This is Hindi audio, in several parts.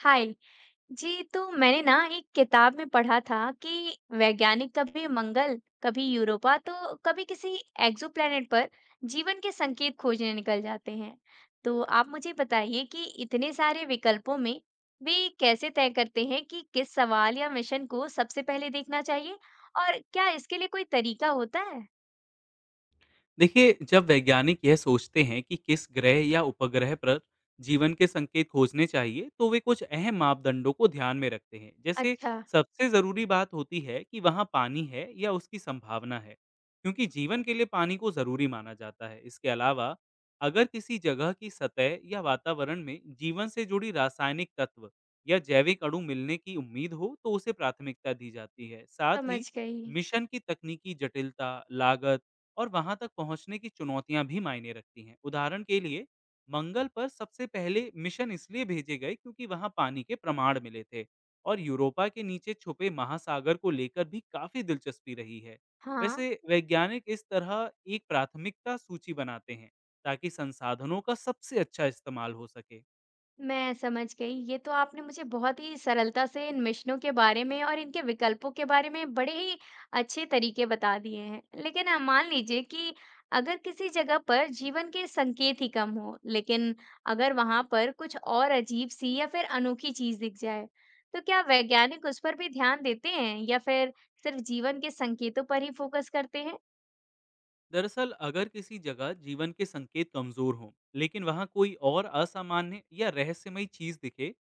हाय जी। तो मैंने ना एक किताब में पढ़ा था कि वैज्ञानिक कभी मंगल, कभी यूरोपा, तो कभी किसी एक्सोप्लैनेट पर जीवन के संकेत खोजने निकल जाते हैं। तो आप मुझे बताइए कि इतने सारे विकल्पों में वे कैसे तय करते हैं कि किस सवाल या मिशन को सबसे पहले देखना चाहिए, और क्या इसके लिए कोई तरीका होता है। देखिए, जब वैज्ञानिक यह सोचते हैं कि किस ग्रह या उपग्रह पर जीवन के संकेत खोजने चाहिए तो वे कुछ अहम मापदंडों को ध्यान में रखते हैं। जैसे अच्छा। सबसे ज़रूरी बात होती है कि वहाँ पानी है या उसकी संभावना है, क्योंकि जीवन के लिए पानी को ज़रूरी माना जाता है। इसके अलावा अगर किसी जगह की सतह या वातावरण में जीवन से जुड़ी रासायनिक तत्व या जैविक अणु मिलने की उम्मीद हो तो उसे प्राथमिकता दी जाती है। साथ ही समझ गई। मिशन की तकनीकी जटिलता, लागत और वहाँ तक पहुँचने की चुनौतियाँ भी मायने रखती हैं। उदाहरण के लिए, मंगल पर सबसे पहले मिशन इसलिए भेजे गए क्योंकि वहाँ पानी के प्रमाण मिले थे और यूरोपा के नीचे छुपे महासागर को लेकर भी काफ़ी दिलचस्पी रही है। हाँ। वैसे वैज्ञानिक इस तरह एक प्राथमिकता सूची बनाते हैं ताकि संसाधनों का सबसे अच्छा इस्तेमाल हो सके। मैं समझ गई। ये तो आपने मुझे बहुत ही सरलता से इन मिशनों के बारे में और इनके विकल्पों के बारे में बड़े ही अच्छे तरीके बता दिए हैं। लेकिन मान लीजिए कि अगर किसी जगह पर जीवन के संकेत ही कम हो, लेकिन अगर वहां पर कुछ और अजीब सी या फिर अनोखी चीज दिख जाए, तो क्या वैज्ञानिक उस पर भी ध्यान देते हैं या फिर सिर्फ जीवन के संकेतों पर ही फोकस करते हैं? दरअसल अगर किसी जगह जीवन के संकेत कमजोर हों लेकिन वहां कोई और असामान्य या रहस्यमयी चीज दिखे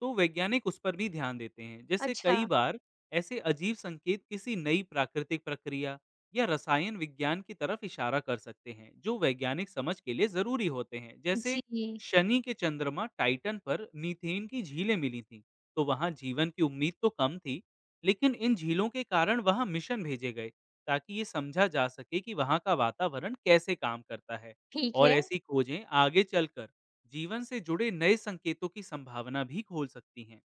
तो वैज्ञानिक उस पर भी ध्यान देते हैं। जैसे अच्छा। कई बार ऐसे अजीब संकेत किसी नई प्राकृतिक प्रक्रिया या रसायन विज्ञान की तरफ इशारा कर सकते हैं जो वैज्ञानिक समझ के लिए जरूरी होते हैं। जैसे जी। शनि के चंद्रमा टाइटन पर मीथेन की झीलें मिली थीं, तो वहां जीवन की उम्मीद तो कम थी लेकिन इन झीलों के कारण वहां मिशन भेजे गए ताकि ये समझा जा सके कि वहाँ का वातावरण कैसे काम करता है। ठीक और है। ऐसी खोजें आगे चलकर जीवन से जुड़े नए संकेतों की संभावना भी खोल सकती हैं।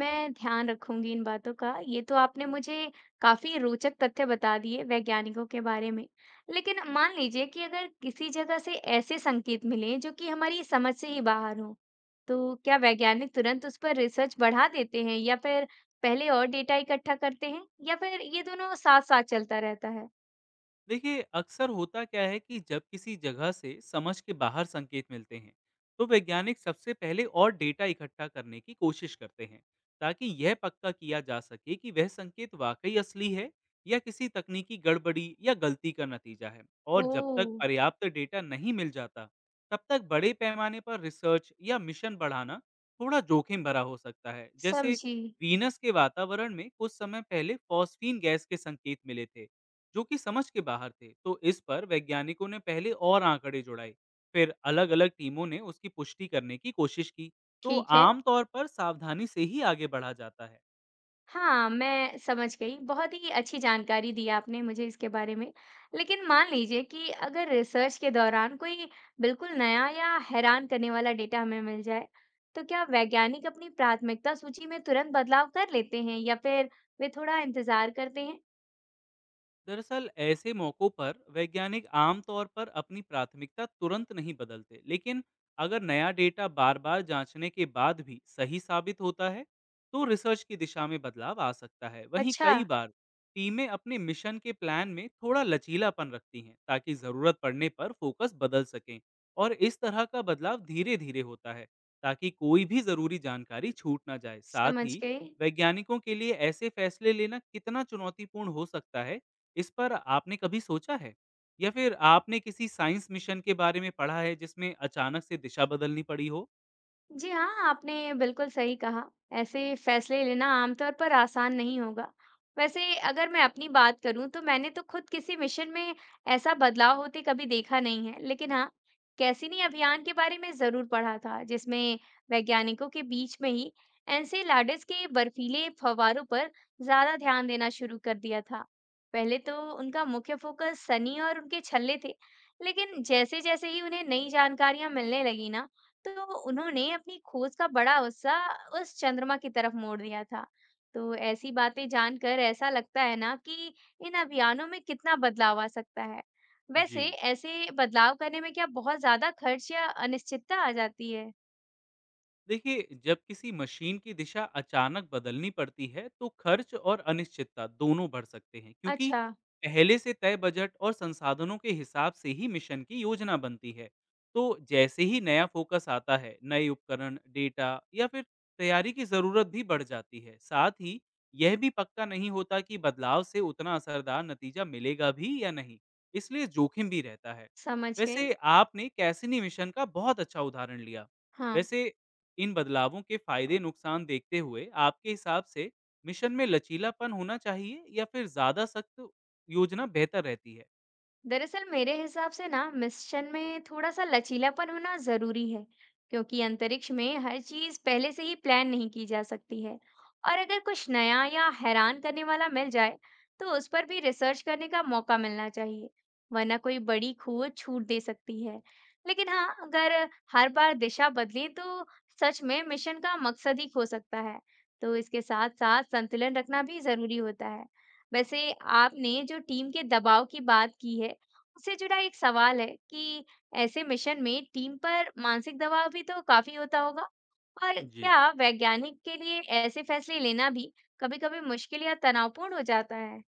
मैं ध्यान रखूंगी इन बातों का। ये तो आपने मुझे काफी रोचक तथ्य बता दिए वैज्ञानिकों के बारे में। लेकिन मान लीजिए कि अगर किसी जगह से ऐसे संकेत मिले जो कि हमारी समझ से ही बाहर हो, तो क्या वैज्ञानिक तुरंत उस पर रिसर्च बढ़ा देते हैं या फिर पहले और डेटा इकट्ठा करते हैं, या फिर ये दोनों साथ साथ चलता रहता है? देखिए, अक्सर होता क्या है कि जब किसी जगह से समझ के बाहर संकेत मिलते हैं तो वैज्ञानिक सबसे पहले और डेटा इकट्ठा करने की कोशिश करते हैं ताकि यह पक्का किया जा सके कि वह संकेत वाकई असली है या किसी तकनीकी गड़बड़ी या गलती का नतीजा है। और ओ। जब तक पर्याप्त डेटा नहीं मिल जाता तब तक बड़े पैमाने पर रिसर्च या मिशन बढ़ाना थोड़ा जोखिम भरा हो सकता है। जैसे समझी। वीनस के वातावरण में कुछ समय पहले फॉस्फीन गैस के संकेत मिले थे जो कि समझ के बाहर थे। तो इस पर वैज्ञानिकों ने पहले और आंकड़े जुड़ाए, फिर अलग-अलग टीमों ने उसकी पुष्टि करने की कोशिश की। तो ठीक है। आम तौर पर सावधानी से ही आगे बढ़ा जाता है। हाँ, मैं समझ गई। बहुत ही अच्छी जानकारी दी आपने मुझे इसके बारे में। लेकिन मान लीजिए कि अगर रिसर्च के दौरान कोई बिल्कुल नया या हैरान करने वाला डेटा हमें मिल जाए, तो क्या वैज्ञानिक अपनी प्राथमिकता सूची में तुरंत बदलाव कर लेते हैं या फिर वे थोड़ा इंतजार करते हैं? दरअसल ऐसे मौकों पर वैज्ञानिक आमतौर पर अपनी प्राथमिकता तुरंत नहीं बदलते, लेकिन अगर नया डेटा बार बार जांचने के बाद भी सही साबित होता है तो रिसर्च की दिशा में बदलाव आ सकता है। वहीं अच्छा। कई बार टीमें अपने मिशन के प्लान में थोड़ा लचीलापन रखती हैं ताकि ज़रूरत पड़ने पर फोकस बदल सकें। और इस तरह का बदलाव धीरे धीरे होता है ताकि कोई भी ज़रूरी जानकारी छूट ना जाए। साथ समझ ही गई। वैज्ञानिकों के लिए ऐसे फैसले लेना कितना चुनौतीपूर्ण हो सकता है, इस पर आपने कभी सोचा है? या फिर आपने किसी साइंस मिशन के बारे में पढ़ा है जिसमें अचानक से दिशा बदलनी पड़ी हो? जी हाँ, आपने बिल्कुल सही कहा। ऐसे फैसले लेना आमतौर पर आसान नहीं होगा। वैसे, अगर मैं अपनी बात करूँ तो मैंने तो खुद किसी मिशन में ऐसा बदलाव होते कभी देखा नहीं है। लेकिन हाँ, कैसिनी अभियान के बारे में ज़रूर पढ़ा था, जिसमें वैज्ञानिकों के बीच में ही एनसेलाडस के बर्फीले फव्वारों पर ज़्यादा ध्यान देना शुरू कर दिया था। पहले तो उनका मुख्य फोकस सनी और उनके छल्ले थे। लेकिन जैसे-जैसे ही उन्हें नई जानकारियाँ मिलने लगी ना, तो उन्होंने अपनी खोज का बड़ा हिस्सा उस चंद्रमा की तरफ मोड़ दिया था। तो ऐसी बातें जानकर ऐसा लगता है ना कि इन अभियानों में कितना बदलाव आ सकता है। जी। वैसे ऐसे बदलाव करने में क्या बहुत ज्यादा खर्च या अनिश्चितता आ जाती है? देखिए, जब किसी मशीन की दिशा अचानक बदलनी पड़ती है तो खर्च और अनिश्चितता दोनों बढ़ सकते हैं, क्योंकि अच्छा। पहले से तय बजट और संसाधनों के हिसाब से ही मिशन की योजना बनती है। तो जैसे ही नया फोकस आता है नए उपकरण, डेटा या फिर तैयारी की ज़रूरत भी बढ़ जाती है। साथ ही यह भी पक्का नहीं होता कि बदलाव से उतना असरदार नतीजा मिलेगा भी या नहीं, इसलिए जोखिम भी रहता है। समझ गई। वैसे आपने कैसिनी मिशन का बहुत अच्छा उदाहरण लिया। हाँ। वैसे इन बदलावों के फायदे नुकसान देखते हुए आपके हिसाब से मिशन में लचीलापन होना चाहिए या फिर ज्यादा सख्त योजना बेहतर रहती है? दरअसल मेरे हिसाब से ना, मिशन में थोड़ा सा लचीलापन होना जरूरी है, क्योंकि अंतरिक्ष में हर चीज पहले से ही प्लान नहीं की जा सकती है। और अगर कुछ नया या हैरान करने वाला मिल जाए तो उस पर भी रिसर्च करने का मौका मिलना चाहिए, वरना कोई बड़ी खोज छूट दे सकती है। लेकिन हाँ, अगर हर बार दिशा बदले तो सच में मिशन का मकसद ही खो सकता है। तो इसके साथ साथ संतुलन रखना भी जरूरी होता है। वैसे, आपने जो टीम के दबाव की बात की है, उससे जुड़ा एक सवाल है कि ऐसे मिशन में टीम पर मानसिक दबाव भी तो काफी होता होगा, और जी। क्या वैज्ञानिक के लिए ऐसे फैसले लेना भी कभी-कभी मुश्किल या तनावपूर्ण हो जाता है?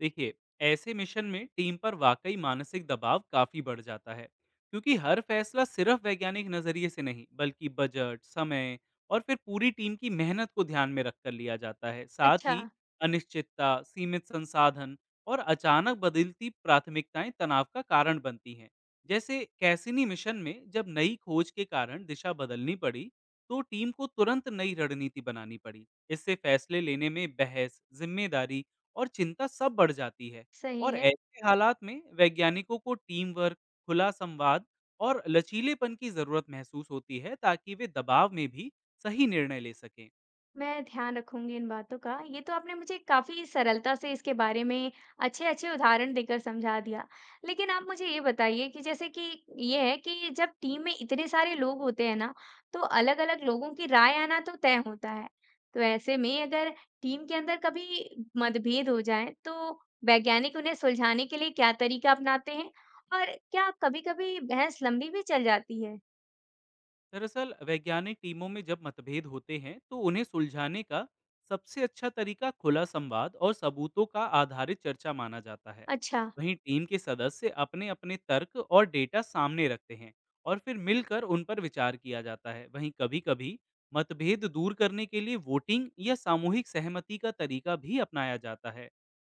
देखिए, ऐसे मिशन में टीम पर वाकई मानसिक दबाव काफी बढ़ जाता है, क्योंकि हर फैसला सिर्फ वैज्ञानिक नजरिए से नहीं बल्कि बजट, समय और फिर पूरी टीम की मेहनत को ध्यान में रखकर लिया जाता है। साथ अच्छा। ही अनिश्चितता, सीमित संसाधन और अचानक बदलती प्राथमिकताएं तनाव का कारण बनती हैं। जैसे कैसिनी मिशन में जब नई खोज के कारण दिशा बदलनी पड़ी तो टीम को तुरंत नई रणनीति बनानी पड़ी, इससे फैसले लेने में बहस, जिम्मेदारी और चिंता सब बढ़ जाती है। और सही है। ऐसे हालात में वैज्ञानिकों को टीम वर्क, खुला संवाद और लचीलेपन की ज़रूरत महसूस होती है ताकि वे दबाव में भी सही निर्णय ले सकें। मैं ध्यान रखूंगी इन बातों का। ये तो आपने मुझे काफ़ी सरलता से इसके बारे में अच्छे-अच्छे उदाहरण देकर समझा दिया। लेकिन आप मुझे ये बताइए कि जैसे कि ये है कि जब टीम में इतने सारे लोग होते हैं ना, तो अलग-अलग लोगों की राय आना तो तय होता है। तो ऐसे में अगर टीम के अंदर कभी मतभेद हो जाए, तो वैज्ञानिक उन्हें सुलझाने के लिए क्या तरीका अपनाते हैं? और क्या कभी-कभी बहस लंबी भी चल जाती है? दरअसल वैज्ञानिक टीमों में जब मतभेद होते हैं तो उन्हें सुलझाने का सबसे अच्छा तरीका खुला संवाद और सबूतों का आधारित चर्चा माना जाता है। अच्छा। वहीं टीम के सदस्य अपने अपने तर्क और डेटा सामने रखते हैं और फिर मिलकर उन पर विचार किया जाता है। वहीं कभी कभी मतभेद दूर करने के लिए वोटिंग या सामूहिक सहमति का तरीका भी अपनाया जाता है,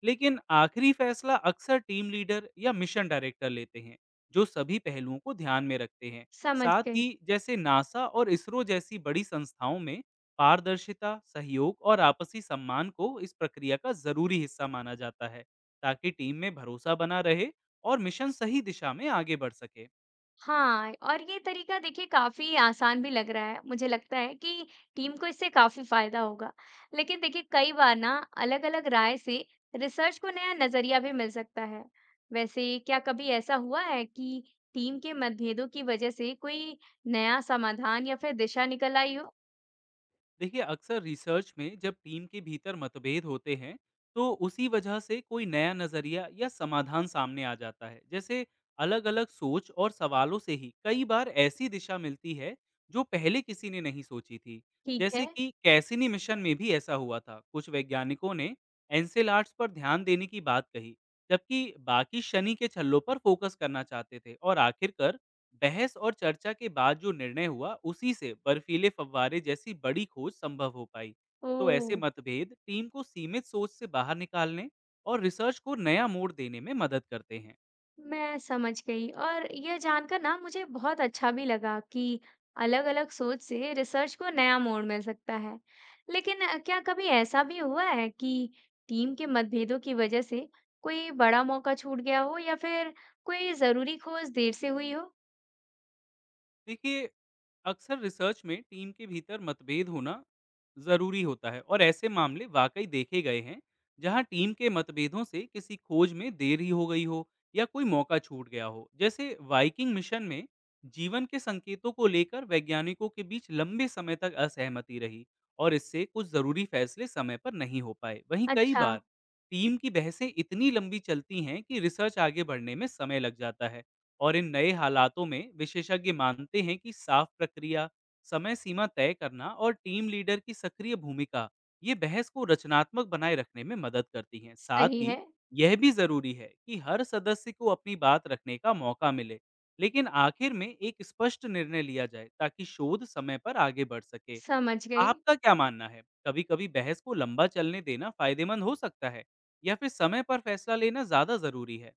लेकिन आखिरी फैसला अक्सर टीम लीडर या मिशन डायरेक्टर लेते हैं जो सभी पहलुओं को ध्यान में रखते हैं। समझ साथ गई। ही जैसे नासा और इसरो जैसी बड़ी संस्थाओं में पारदर्शिता, सहयोग और आपसी सम्मान को इस प्रक्रिया का जरूरी हिस्सा माना जाता है ताकि टीम में भरोसा बना रहे और मिशन सही दिशा में आगे बढ़ सके। हाँ, और ये तरीका देखिए काफ़ी आसान भी लग रहा है। मुझे लगता है कि टीम को इससे काफ़ी फ़ायदा होगा। लेकिन देखिए कई बार ना, अलग-अलग राय से रिसर्च को नया नज़रिया भी मिल सकता है। वैसे क्या कभी ऐसा हुआ है कि टीम के मतभेदों की वजह से कोई नया समाधान या फिर दिशा निकल आई हो? देखिए, अक्सर रिसर्च में जब टीम के भीतर मतभेद होते हैं तो उसी वजह से कोई नया नजरिया या समाधान सामने आ जाता है। जैसे अलग अलग सोच और सवालों से ही कई बार ऐसी दिशा मिलती है जो पहले किसी ने नहीं सोची थी। ठीक जैसे है। कि कैसिनी मिशन में भी ऐसा हुआ था, कुछ वैज्ञानिकों ने एनसेलार्ट्स पर ध्यान देने की बात कही, जबकि बाकी शनि के छल्लों पर फोकस करना चाहते थे। और आखिरकार बहस और चर्चा के बाद जो निर्णय हुआ उसी से बर्फीले फव्वारे जैसी बड़ी खोज संभव हो पाई। तो ओह! ऐसे मतभेद टीम को सीमित सोच से बाहर निकालने और रिसर्च को नया मोड़ देने में मदद करते हैं। मैं समझ गई, और यह जानकर ना मुझे बहुत अच्छा भी लगा कि अलग-अलग सोच से रिसर्च को नया मोड़ मिल सकता है। लेकिन क्या कभी ऐसा भी हुआ है कि टीम के मतभेदों की वजह से कोई बड़ा मौका छूट गया हो या फिर कोई जरूरी खोज देर से हुई हो? देखिए, अक्सर रिसर्च में टीम के भीतर मतभेद होना ज़रूरी होता है और ऐसे मामले वाकई देखे गए हैं, जहां टीम के मतभेदों से किसी खोज में देरी हो गई हो या कोई मौका छूट गया हो। जैसे वाइकिंग मिशन में जीवन के संकेतों को लेकर वैज्ञानिकों के बीच लंबे समय तक असहमति रही और इससे कुछ ज़रूरी फैसले समय पर नहीं हो पाए। वहीं कई अच्छा। बार टीम की बहसें इतनी लंबी चलती हैं कि रिसर्च आगे बढ़ने में समय लग जाता है। और इन नए हालातों में विशेषज्ञ मानते हैं कि साफ प्रक्रिया, समय सीमा तय करना और टीम लीडर की सक्रिय भूमिका ये बहस को रचनात्मक बनाए रखने में मदद करती हैं। साथ सही है। ही यह भी जरूरी है कि हर सदस्य को अपनी बात रखने का मौका मिले, लेकिन आखिर में एक स्पष्ट निर्णय लिया जाए ताकि शोध समय पर आगे बढ़ सके। समझ गई। आपका क्या मानना है? कभी-कभी बहस को लंबा चलने देना फायदेमंद हो सकता है या फिर समय पर फैसला लेना ज्यादा जरूरी है?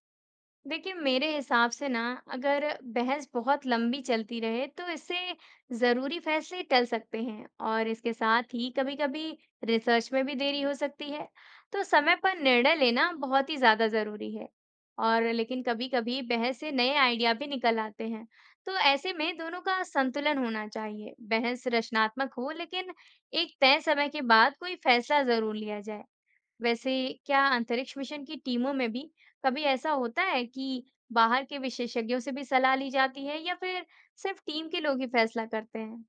देखिए मेरे हिसाब से ना, अगर बहस बहुत लंबी चलती रहे तो इससे जरूरी फैसले टल सकते हैं, और इसके साथ ही कभी-कभी रिसर्च में भी देरी हो सकती है। तो समय पर निर्णय लेना बहुत ही ज्यादा जरूरी है। और लेकिन कभी-कभी बहस से नए आइडिया भी निकल आते हैं, तो ऐसे में दोनों का संतुलन होना चाहिए। बहस रचनात्मक हो, लेकिन एक तय समय के बाद कोई फैसला जरूर लिया जाए। वैसे क्या अंतरिक्ष मिशन की टीमों में भी कभी ऐसा होता है कि बाहर के विशेषज्ञों से भी सलाह ली जाती है, या फिर सिर्फ टीम के लोग ही फैसला करते हैं?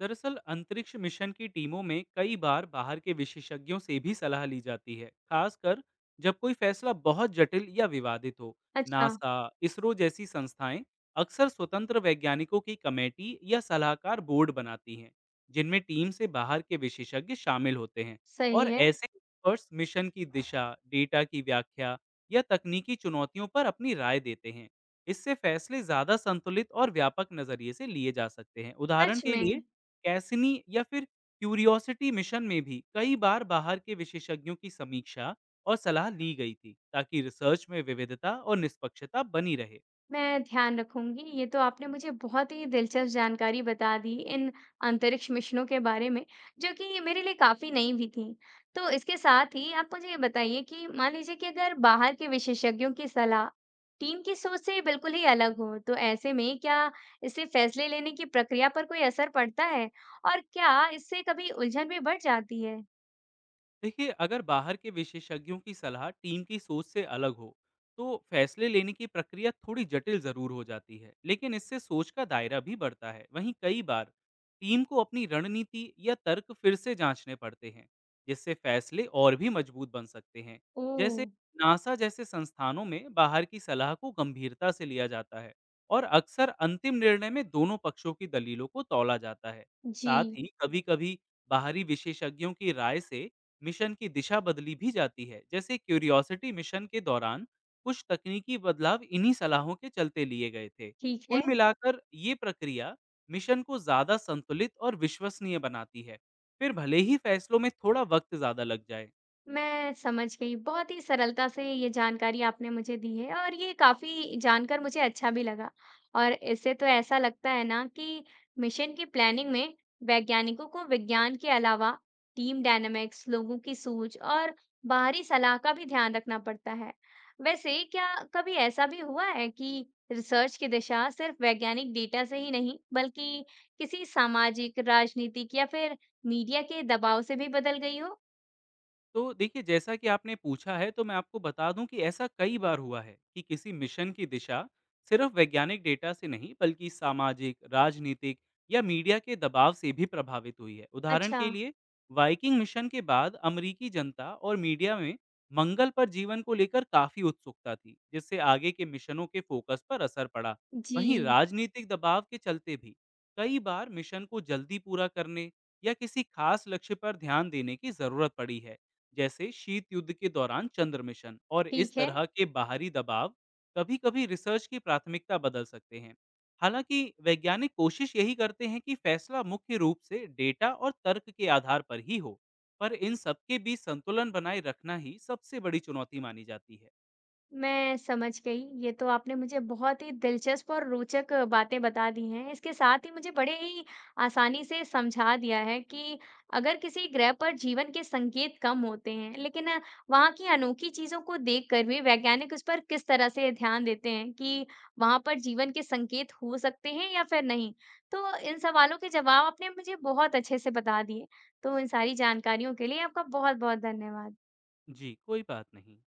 दरअसल अंतरिक्ष मिशन की टीमों में कई बार बाहर के विशेषज्ञों से भी सलाह ली जाती है, खासकर जब कोई फैसला बहुत जटिल या विवादित हो। अच्छा। नासा, इसरो जैसी संस्थाएं अक्सर स्वतंत्र वैज्ञानिकों की कमेटी या सलाहकार बोर्ड बनाती हैं जिनमें टीम से बाहर के विशेषज्ञ शामिल होते हैं। और सही है। ऐसे एक्सपर्ट्स मिशन की दिशा, डेटा की व्याख्या या तकनीकी चुनौतियों पर अपनी राय देते हैं। इससे फैसले ज्यादा संतुलित और व्यापक नजरिए से लिए जा सकते हैं। उदाहरण सच के लिए में? कैसिनी या फिर क्यूरियोसिटी मिशन में भी कई बार बाहर के विशेषज्ञों की समीक्षा और सलाह ली गई थी ताकि रिसर्च में विविधता और निष्पक्षता बनी रहे। मैं ध्यान रखूंगी। ये तो आपने मुझे बहुत ही दिलचस्प जानकारी बता दी इन अंतरिक्ष मिशनों के बारे में, जो कि मेरे लिए काफ़ी नई भी थी। तो इसके साथ ही आप मुझे ये बताइए कि मान लीजिए कि अगर बाहर के विशेषज्ञों की सलाह टीम की सोच से बिल्कुल ही अलग हो, तो ऐसे में क्या इससे फैसले लेने की प्रक्रिया पर कोई असर पड़ता है? और क्या इससे कभी उलझन भी बढ़ जाती है? देखिए, अगर बाहर के विशेषज्ञों की सलाह टीम की सोच से अलग हो तो फैसले लेने की प्रक्रिया थोड़ी जटिल जरूर हो जाती है, लेकिन इससे सोच का दायरा भी बढ़ता है। वहीं कई बार टीम को अपनी रणनीति या तर्क फिर से जांचने पड़ते हैं जिससे फैसले और भी मजबूत बन सकते हैं। ओह! जैसे नासा जैसे संस्थानों में बाहर की सलाह को गंभीरता से लिया जाता है और अक्सर अंतिम निर्णय में दोनों पक्षों की दलीलों को तौला जाता है। जी। साथ ही कभी कभी बाहरी विशेषज्ञों की राय से मिशन की दिशा बदली भी जाती है। जैसे क्यूरियोसिटी मिशन के दौरान कुछ तकनीकी बदलाव इन्हीं सलाहों के चलते लिए गए थे। ठीक कुल है। मिलाकर ये प्रक्रिया मिशन को ज्यादा संतुलित और विश्वसनीय बनाती है, फिर भले ही फैसलों में थोड़ा वक्त ज्यादा लग जाए। मैं समझ गई। बहुत ही सरलता से ये जानकारी आपने मुझे दी है, और ये काफ़ी जानकर मुझे अच्छा भी लगा। और इससे तो ऐसा लगता है ना कि मिशन की प्लानिंग में वैज्ञानिकों को विज्ञान के अलावा टीम डायनामिक्स, लोगों की सोच और बाहरी सलाह का भी ध्यान रखना पड़ता है। वैसे क्या कभी ऐसा भी हुआ है कि रिसर्च की दिशा सिर्फ वैज्ञानिक डेटा से ही नहीं, बल्कि किसी सामाजिक, राजनीतिक या फिर मीडिया के दबाव से भी बदल गई हो? तो देखिए, जैसा कि आपने पूछा है तो मैं आपको बता दूं कि ऐसा कई बार हुआ है कि किसी मिशन की दिशा सिर्फ वैज्ञानिक डेटा से नहीं बल्कि सामाजिक, राजनीतिक या मीडिया के दबाव से भी प्रभावित हुई है। उदाहरण अच्छा। के लिए वाइकिंग मिशन के बाद अमरीकी जनता और मीडिया में मंगल पर जीवन को लेकर काफी उत्सुकता थी, जिससे आगे के मिशनों के फोकस पर असर पड़ा। वहीं जी। राजनीतिक दबाव के चलते भी कई बार मिशन को जल्दी पूरा करने या किसी खास लक्ष्य पर ध्यान देने की जरूरत पड़ी है, जैसे शीत युद्ध के दौरान चंद्र मिशन। और इस ठीक है। तरह के बाहरी दबाव कभी कभी रिसर्च की प्राथमिकता बदल सकते हैं। हालांकि वैज्ञानिक कोशिश यही करते हैं कि फैसला मुख्य रूप से डेटा और तर्क के आधार पर ही हो, पर इन सबके बीच संतुलन बनाए रखना ही सबसे बड़ी चुनौती मानी जाती है। मैं समझ गई। ये तो आपने मुझे बहुत ही दिलचस्प और रोचक बातें बता दी हैं। इसके साथ ही मुझे बड़े ही आसानी से समझा दिया है कि अगर किसी ग्रह पर जीवन के संकेत कम होते हैं, लेकिन वहाँ की अनोखी चीज़ों को देखकर भी वैज्ञानिक उस पर किस तरह से ध्यान देते हैं कि वहाँ पर जीवन के संकेत हो सकते हैं या फिर नहीं। तो इन सवालों के जवाब आपने मुझे बहुत अच्छे से बता दिए। तो इन सारी जानकारियों के लिए आपका बहुत-बहुत धन्यवाद। जी, कोई बात नहीं।